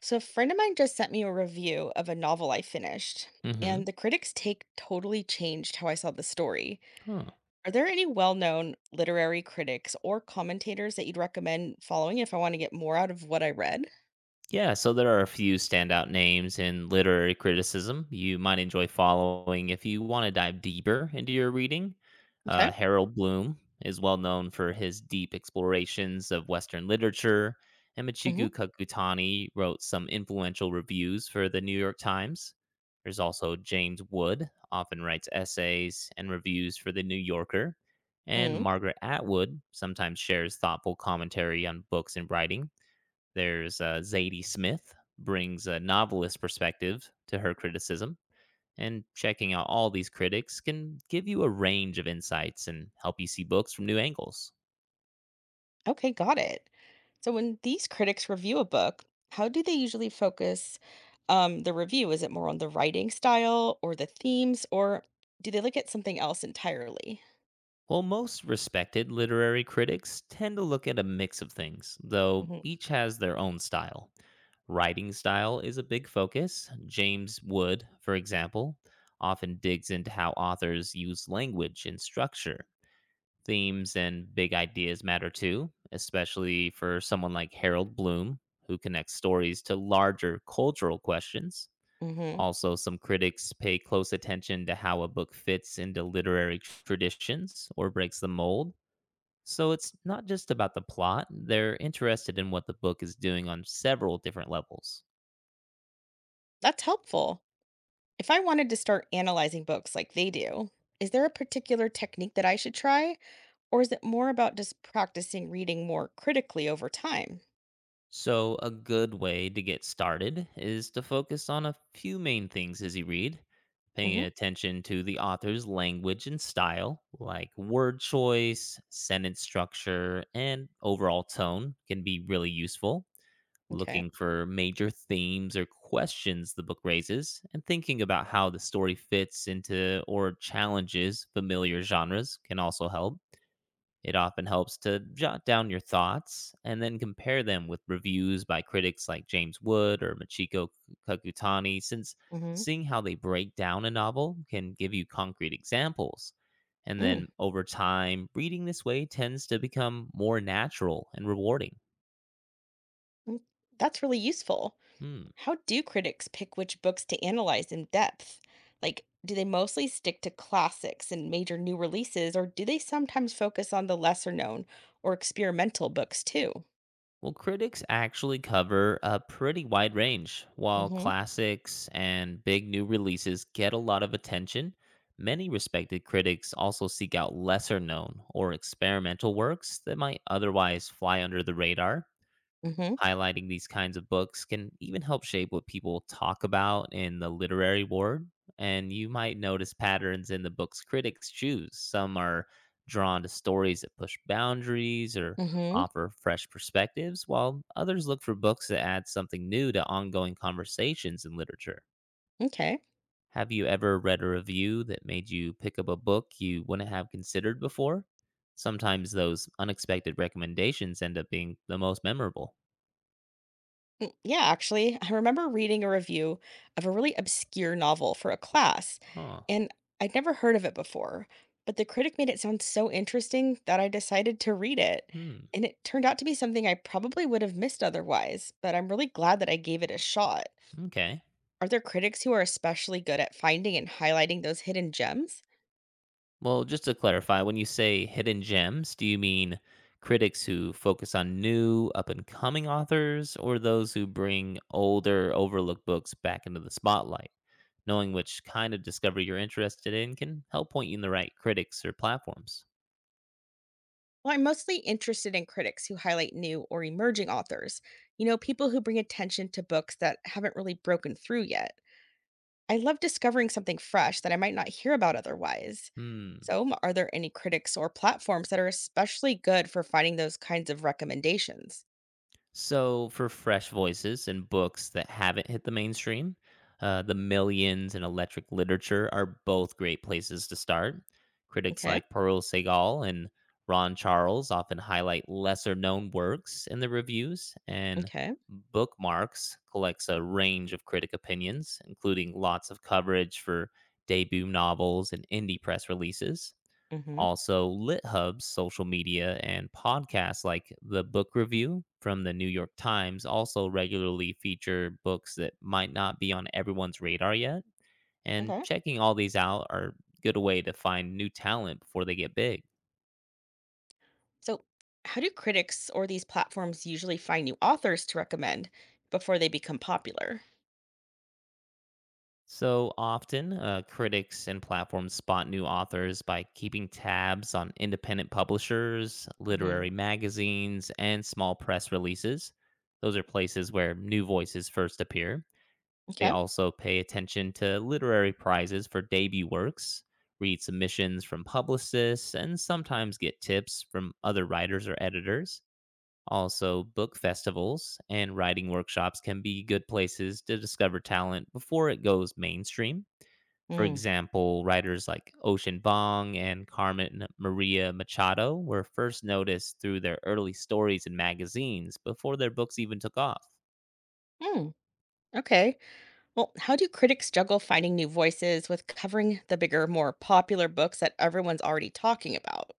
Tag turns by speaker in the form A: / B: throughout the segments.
A: So, a friend of mine just sent me a review of a novel I finished, and
B: Mhm.
A: the critic's take totally changed how I saw the story.
B: Huh.
A: Are there any well known literary critics or commentators that you'd recommend following if I want to get more out of what I read?
B: Yeah, so there are a few standout names in literary criticism you might enjoy following if you want to dive deeper into your reading.
A: Okay.
B: Harold Bloom is well known for his deep explorations of Western literature, and Michiku Kakutani wrote some influential reviews for the New York Times. There's also James Wood, often writes essays and reviews for the New Yorker, and
A: Hmm.
B: Margaret Atwood sometimes shares thoughtful commentary on books and writing. There's Zadie Smith brings a novelist perspective to her criticism, and checking out all these critics can give you a range of insights and help you see books from new angles.
A: Okay, got it. So when these critics review a book, how do they usually focus the review? Is it more on the writing style or the themes, or do they look at something else entirely?
B: While most respected literary critics tend to look at a mix of things, though
A: Hmm
B: each has their own style. Writing style is a big focus. James Wood, for example, often digs into how authors use language and structure. Themes and big ideas matter too, especially for someone like Harold Bloom, who connects stories to larger cultural questions.
A: hmm.
B: Also, some critics pay close attention to how a book fits into literary traditions or breaks the mold. So it's not just about the plot, they're interested in what the book is doing on several different levels.
A: That's helpful. If I wanted to start analyzing books like they do, is there a particular technique that I should try, or is it more about just practicing reading more critically over time?
B: So, a good way to get started is to focus on a few main things as you read, paying
A: Hmm.
B: attention to the author's language and style, like word choice, sentence structure, and overall tone can be really useful.
A: Okay.
B: Looking for major themes or questions the book raises, and thinking about how the story fits into or challenges familiar genres can also help. It often helps to jot down your thoughts and then compare them with reviews by critics like James Wood or Michiko Kakutani, since
A: Hmm.
B: seeing how they break down a novel can give you concrete examples. And then
A: Mm.
B: over time, reading this way tends to become more natural and rewarding.
A: Mm. That's really useful.
B: Hmm.
A: How do critics pick which books to analyze in depth? Like, do they mostly stick to classics and major new releases, or do they sometimes focus on the lesser known or experimental books too?
B: Well, critics actually cover a pretty wide range.
A: Mm
B: While
A: hmm.
B: classics and big new releases get a lot of attention, many respected critics also seek out lesser known or experimental works that might otherwise fly under the radar.
A: Mm hmm.
B: Highlighting these kinds of books can even help shape what people talk about in the literary world. And you might notice patterns in the books critics choose. Some are drawn to stories that push boundaries or
A: Mm hmm.
B: offer fresh perspectives, while others look for books that add something new to ongoing conversations in literature.
A: Okay.
B: Have you ever read a review that made you pick up a book you wouldn't have considered before? Sometimes those unexpected recommendations end up being the most memorable.
A: Mm, yeah, actually, I remember reading a review of a really obscure novel for a class,
B: Huh.
A: and I'd never heard of it before, but the critic made it sound so interesting that I decided to read it.
B: Hmm.
A: And it turned out to be something I probably would have missed otherwise, but I'm really glad that I gave it a shot.
B: Okay.
A: Are there critics who are especially good at finding and highlighting those hidden gems?
B: Well, just to clarify, when you say hidden gems, do you mean critics who focus on new, up and coming authors, or those who bring older, overlooked books back into the spotlight? Knowing which kind of discovery you're interested in can help point you in the right critics or platforms.
A: Well, I'm mostly interested in critics who highlight new or emerging authors, people who bring attention to books that haven't really broken through yet. I love discovering something fresh that I might not hear about otherwise.
B: Hmm.
A: So, are there any critics or platforms that are especially good for finding those kinds of recommendations?
B: So, for fresh voices and books that haven't hit the mainstream, The Millions and Electric Literature are both great places to start. Critics
A: Okay.
B: like Pearl Segal and Ron Charles often highlight lesser known works in the reviews, and
A: Okay.
B: Bookmarks collects a range of critic opinions, including lots of coverage for debut novels and indie press releases.
A: Hmm.
B: Also, LitHub's social media and podcasts like The Book Review from the New York Times also regularly feature books that might not be on everyone's radar yet. And
A: Okay.
B: checking all these out are a good way to find new talent before they get big.
A: So, how do critics or these platforms usually find new authors to recommend before they become popular?
B: So often, critics and platforms spot new authors by keeping tabs on independent publishers,
A: Hmm.
B: literary magazines, and small press releases. Those are places where new voices first appear. They
A: Okay.
B: also pay attention to literary prizes for debut works, read submissions from publicists, and sometimes get tips from other writers or editors. Also, book festivals and writing workshops can be good places to discover talent before it goes mainstream. For
A: Mm.
B: example, writers like Ocean Vong and Carmen Maria Machado were first noticed through their early stories in magazines before their books even took off.
A: Mm. Okay. Well, how do critics juggle finding new voices with covering the bigger, more popular books that everyone's already talking about?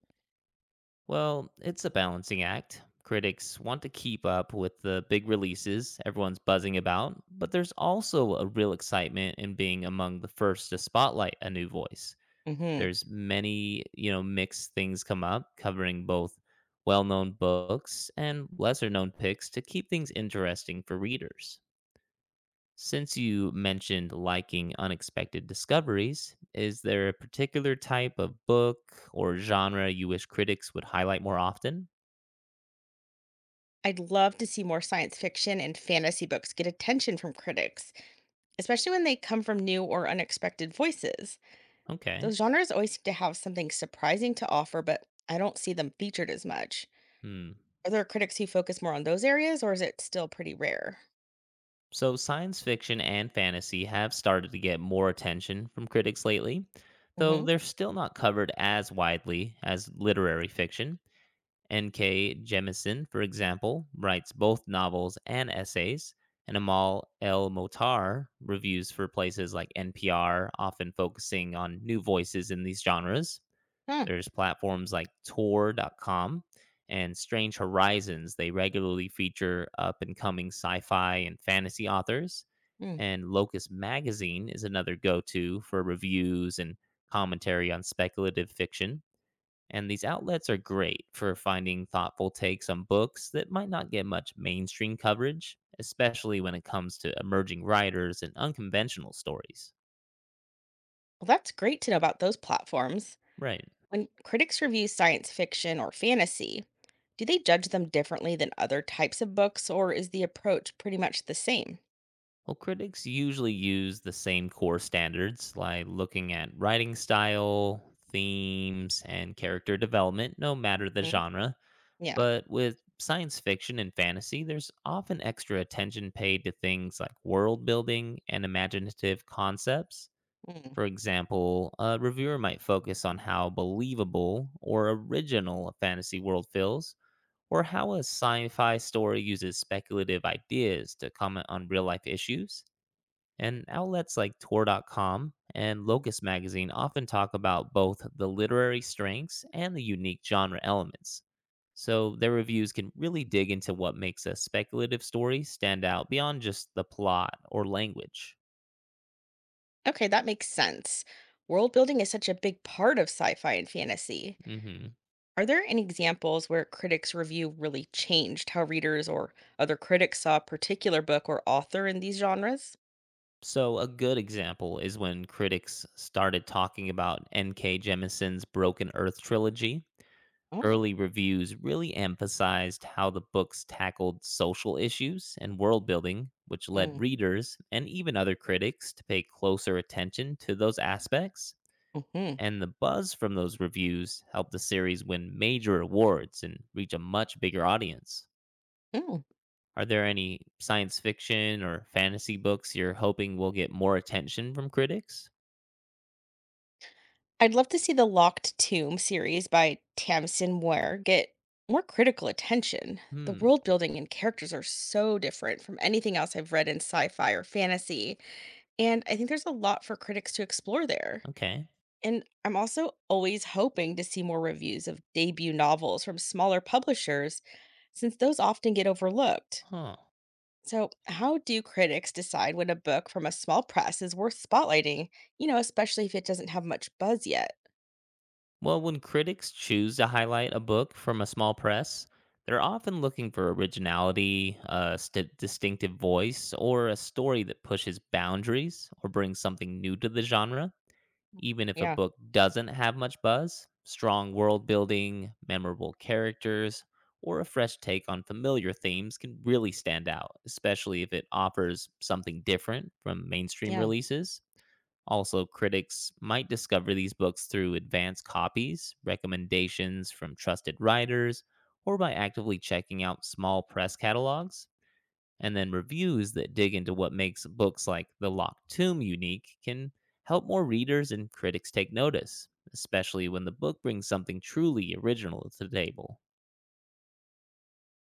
B: Well, it's a balancing act. Critics want to keep up with the big releases everyone's buzzing about, but there's also a real excitement in being among the first to spotlight a new voice. There's many, mixed things come up covering both well-known books and lesser-known picks to keep things interesting for readers. Since you mentioned liking unexpected discoveries, is there a particular type of book or genre you wish critics would highlight more often?
A: I'd love to see more science fiction and fantasy books get attention from critics, especially when they come from new or unexpected voices.
B: Okay.
A: Those genres always seem to have something surprising to offer, but I don't see them featured as much.
B: Hmm.
A: Are there critics who focus more on those areas, or is it still pretty rare?
B: So science fiction and fantasy have started to get more attention from critics lately, though
A: Mm-hmm.
B: they're still not covered as widely as literary fiction. N.K. Jemisin, for example, writes both novels and essays, and Amal El Motar reviews for places like NPR, often focusing on new voices in these genres.
A: Huh.
B: There's platforms like Tor.com and Strange Horizons. They regularly feature up and coming sci fi and fantasy authors.
A: Mm.
B: And Locus Magazine is another go to for reviews and commentary on speculative fiction. And these outlets are great for finding thoughtful takes on books that might not get much mainstream coverage, especially when it comes to emerging writers and unconventional stories.
A: Well, that's great to know about those platforms.
B: Right.
A: When critics review science fiction or fantasy, do they judge them differently than other types of books, or is the approach pretty much the same?
B: Well, critics usually use the same core standards, like looking at writing style, themes, and character development, no matter the
A: Hmm.
B: genre.
A: Yeah.
B: But with science fiction and fantasy, there's often extra attention paid to things like world building and imaginative concepts.
A: Mm.
B: For example, a reviewer might focus on how believable or original a fantasy world feels, or how a sci fi story uses speculative ideas to comment on real life issues. And outlets like Tor.com and Locus Magazine often talk about both the literary strengths and the unique genre elements. So their reviews can really dig into what makes a speculative story stand out beyond just the plot or language.
A: Okay, that makes sense. World building is such a big part of sci fi and fantasy.
B: Hmm.
A: Are there any examples where critics' review really changed how readers or other critics saw a particular book or author in these genres?
B: So a good example is when critics started talking about N.K. Jemison's Broken Earth trilogy.
A: Oh,
B: Early reviews really emphasized how the books tackled social issues and world building, which led
A: mm,
B: readers and even other critics to pay closer attention to those aspects.
A: hmm,
B: And the buzz from those reviews helped the series win major awards and reach a much bigger audience.
A: mm.
B: Are there any science fiction or fantasy books you're hoping will get more attention from critics?
A: I'd love to see the Locked Tomb series by Tamsin Ware get more critical attention. The
B: Hmm,
A: world building and characters are so different from anything else I've read in sci fi or fantasy, and I think there's a lot for critics to explore there.
B: okay.
A: And I'm also always hoping to see more reviews of debut novels from smaller publishers, since those often get overlooked.
B: Huh.
A: So, how do critics decide when a book from a small press is worth spotlighting, especially if it doesn't have much buzz yet?
B: Well, when critics choose to highlight a book from a small press, they're often looking for originality, distinctive voice, or a story that pushes boundaries or brings something new to the genre. Even if a
A: Yeah,
B: book doesn't have much buzz, strong world building, memorable characters, or a fresh take on familiar themes can really stand out, especially if it offers something different from mainstream
A: yeah.
B: releases. Also, critics might discover these books through advanced copies, recommendations from trusted writers, or by actively checking out small press catalogs. And then reviews that dig into what makes books like The Locked Tomb unique can help more readers and critics take notice, especially when the book brings something truly original to the table.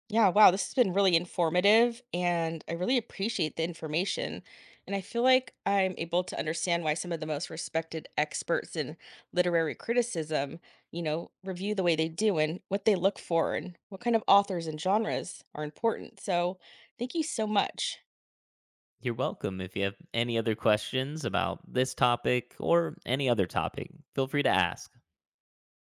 A: Yeah, wow, this has been really informative and I really appreciate the information. And I feel like I'm able to understand why some of the most respected experts in literary criticism, review the way they do and what they look for and what kind of authors and genres are important. So, thank you so much.
B: You're welcome. If you have any other questions about this topic or any other topic, feel free to ask.